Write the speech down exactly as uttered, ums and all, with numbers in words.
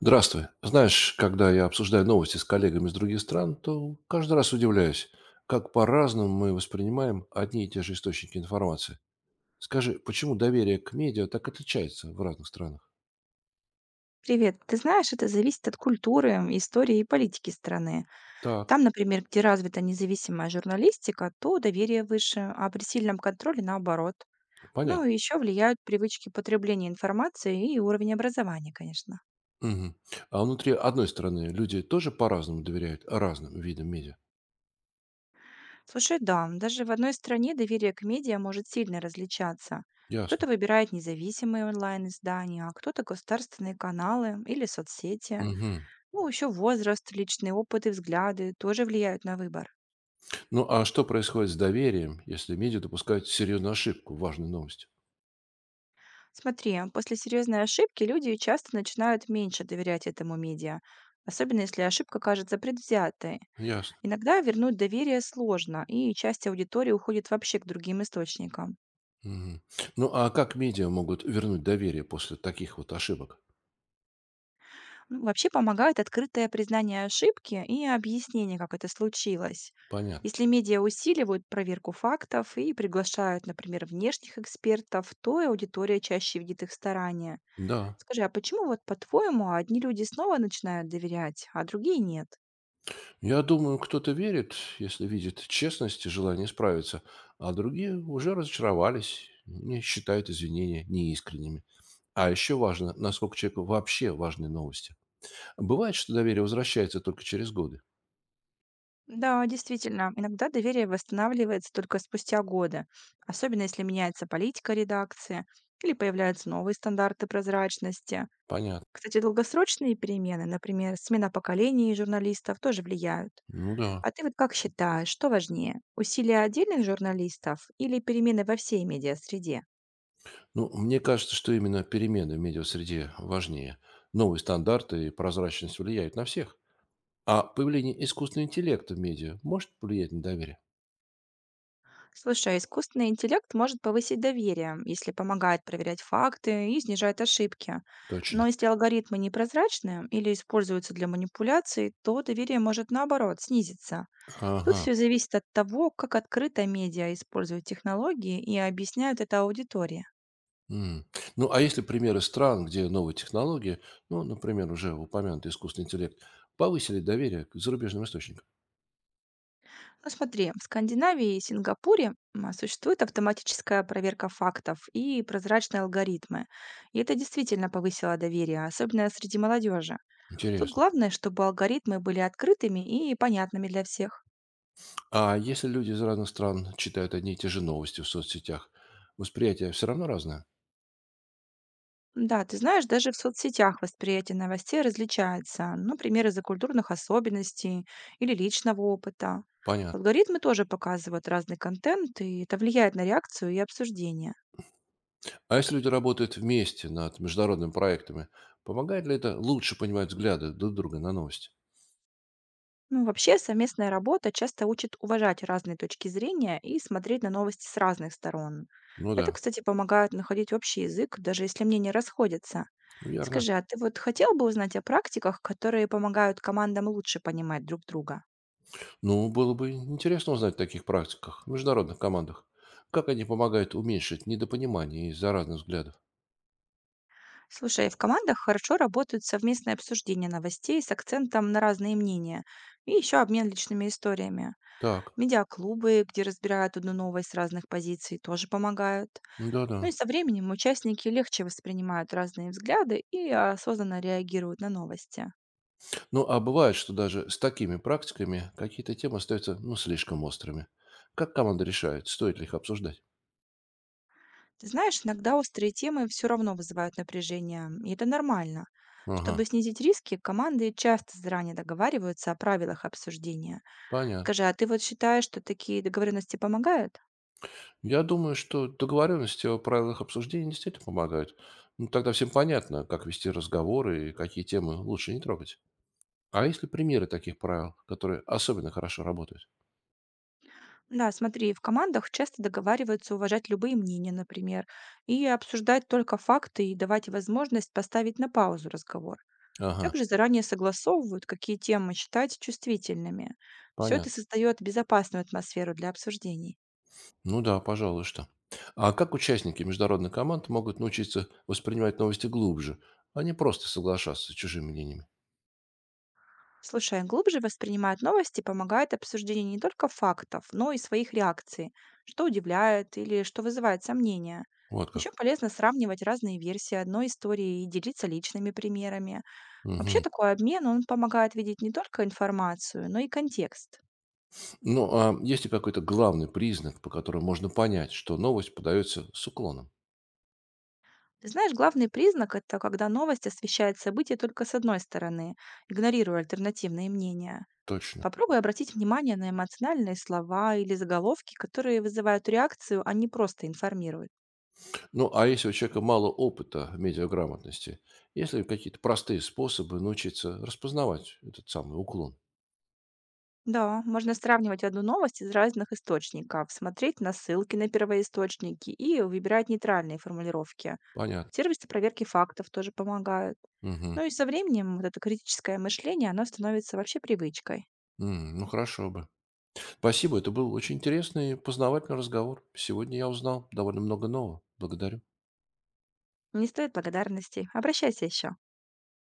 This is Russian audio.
Здравствуй. Знаешь, когда я обсуждаю новости с коллегами из других стран, то каждый раз удивляюсь, как по-разному мы воспринимаем одни и те же источники информации. Скажи, почему доверие к медиа так отличается в разных странах? Привет. Ты знаешь, это зависит от культуры, м, истории и политики страны. Так, Там, например, где развита независимая журналистика, то доверие выше, а при сильном контроле наоборот. Ну понятно. и еще влияют привычки потребления информации и уровень образования, конечно. Мгм. А внутри одной страны люди тоже по-разному доверяют разным видам медиа? Слушай, да, даже в одной стране доверие к медиа может сильно различаться. Кто-то Ясно. выбирает независимые онлайн-издания, а кто-то государственные каналы или соцсети. Мгм. Ну, еще возраст, личные опыт и взгляды тоже влияют на выбор. Ну а что происходит с доверием, если медиа допускают серьезную ошибку в важной новости? Смотри, после серьезной ошибки люди часто начинают меньше доверять этому медиа, особенно если ошибка кажется предвзятой. Ясно. Иногда вернуть доверие сложно, и часть аудитории уходит вообще к другим источникам. Мгм. Ну а как медиа могут вернуть доверие после таких вот ошибок? Ну, вообще помогает открытое признание ошибки и объяснение, как это случилось. Понятно. Если медиа усиливают проверку фактов и приглашают, например, внешних экспертов, то и аудитория чаще видит их старания. Да. Скажи, а почему вот по-твоему одни люди снова начинают доверять, а другие нет? Я думаю, кто-то верит, если видит честность и желание справиться, а другие уже разочаровались не считают извинения неискренними. А еще важно, насколько человеку вообще важны новости. Бывает, что доверие возвращается только через годы. Да, действительно, иногда доверие восстанавливается только спустя годы, особенно если меняется политика редакции или появляются новые стандарты прозрачности. Понятно. Кстати, долгосрочные перемены, например, смена поколений журналистов, тоже влияют. Ну да. А ты вот как считаешь, что важнее, усилия отдельных журналистов или перемены во всей медиасреде? Ну, мне кажется, что именно перемены в медиасреде важнее. Новые стандарты и прозрачность влияют на всех. А появление искусственного интеллекта в медиа может повлиять на доверие? Слушай, а искусственный интеллект может повысить доверие, если помогает проверять факты и снижает ошибки. Точно. Но если алгоритмы непрозрачны или используются для манипуляций, то доверие может наоборот снизиться. Тут Ага. все зависит от того, как открыто медиа используют технологии и объясняют это аудитории. М. Ну, а если примеры стран, где новые технологии, ну, например, уже упомянутый искусственный интеллект, повысили доверие к зарубежным источникам? Ну смотри, в Скандинавии и Сингапуре м, а, существует автоматическая проверка фактов и прозрачные алгоритмы. И это действительно повысило доверие, особенно среди молодежи. Тут Интересно. главное, чтобы алгоритмы были открытыми и понятными для всех. А если люди из разных стран читают одни и те же новости в соцсетях, восприятие все равно разное? Да, ты знаешь, даже в соцсетях восприятие новостей различается, ну, например, из-за культурных особенностей или личного опыта. Понятно. Алгоритмы тоже показывают разный контент, и это влияет на реакцию и обсуждение. А если люди работают вместе над международными проектами, помогает ли это лучше понимать взгляды друг друга на новости? Ну, вообще, совместная работа часто учит уважать разные точки зрения и смотреть на новости с разных сторон. Ну Это, да, кстати, помогает находить общий язык, даже если мнения расходятся. верно. Скажи, а ты вот хотел бы узнать о практиках, которые помогают командам лучше понимать друг друга? Ну, было бы интересно узнать о таких практиках в международных командах. Как они помогают уменьшить недопонимание из-за разных взглядов? Слушай, в командах хорошо работают совместные обсуждения новостей с акцентом на разные мнения и еще обмен личными историями. Так, Медиаклубы, где разбирают одну новость с разных позиций, тоже помогают. да-да. Ну и со временем участники легче воспринимают разные взгляды и осознанно реагируют на новости. Ну, а бывает, что даже с такими практиками какие-то темы остаются, ну, слишком острыми. Как команда решает, стоит ли их обсуждать? Ты знаешь, иногда острые темы все равно вызывают напряжение, и это нормально. Ага, Чтобы снизить риски, команды часто заранее договариваются о правилах обсуждения. понятно. Скажи, а ты вот считаешь, что такие договоренности помогают? Я думаю, что договоренности о правилах обсуждения действительно помогают. Ну, тогда всем понятно, как вести разговоры и какие темы лучше не трогать. А есть ли примеры таких правил, которые особенно хорошо работают? Да, смотри, в командах часто договариваются уважать любые мнения, например, и обсуждать только факты и давать возможность поставить на паузу разговор. Ага, Также заранее согласовывают, какие темы считать чувствительными. Все это понятно. создает безопасную атмосферу для обсуждений. Ну да, пожалуй, что. А как участники международных команд могут научиться воспринимать новости глубже, а не просто соглашаться с чужими мнениями? Слушай, а глубже воспринимать новости помогает обсуждение не только фактов, но и своих реакций, что удивляет или что вызывает сомнения. Вот Еще как. полезно сравнивать разные версии одной истории и делиться личными примерами. Вообще Мгм. такой обмен, он помогает видеть не только информацию, но и контекст. Ну, а есть ли какой-то главный признак, по которому можно понять, что новость подается с уклоном? Ты знаешь, главный признак– это когда новость освещает события только с одной стороны, игнорируя альтернативные мнения. Точно. Попробуй обратить внимание на эмоциональные слова или заголовки, которые вызывают реакцию, а не просто информируют. Ну, а если у человека мало опыта медиаграмотности, есть ли какие-то простые способы научиться распознавать этот самый уклон? Да, можно сравнивать одну новость из разных источников, смотреть на ссылки на первоисточники и выбирать нейтральные формулировки. Понятно. Сервисы проверки фактов тоже помогают. Мгм. Ну и со временем вот это критическое мышление, оно становится вообще привычкой. М, ну, хорошо бы. Спасибо, это был очень интересный и познавательный разговор. Сегодня я узнал довольно много нового. Благодарю. Не стоит благодарности. Обращайся еще.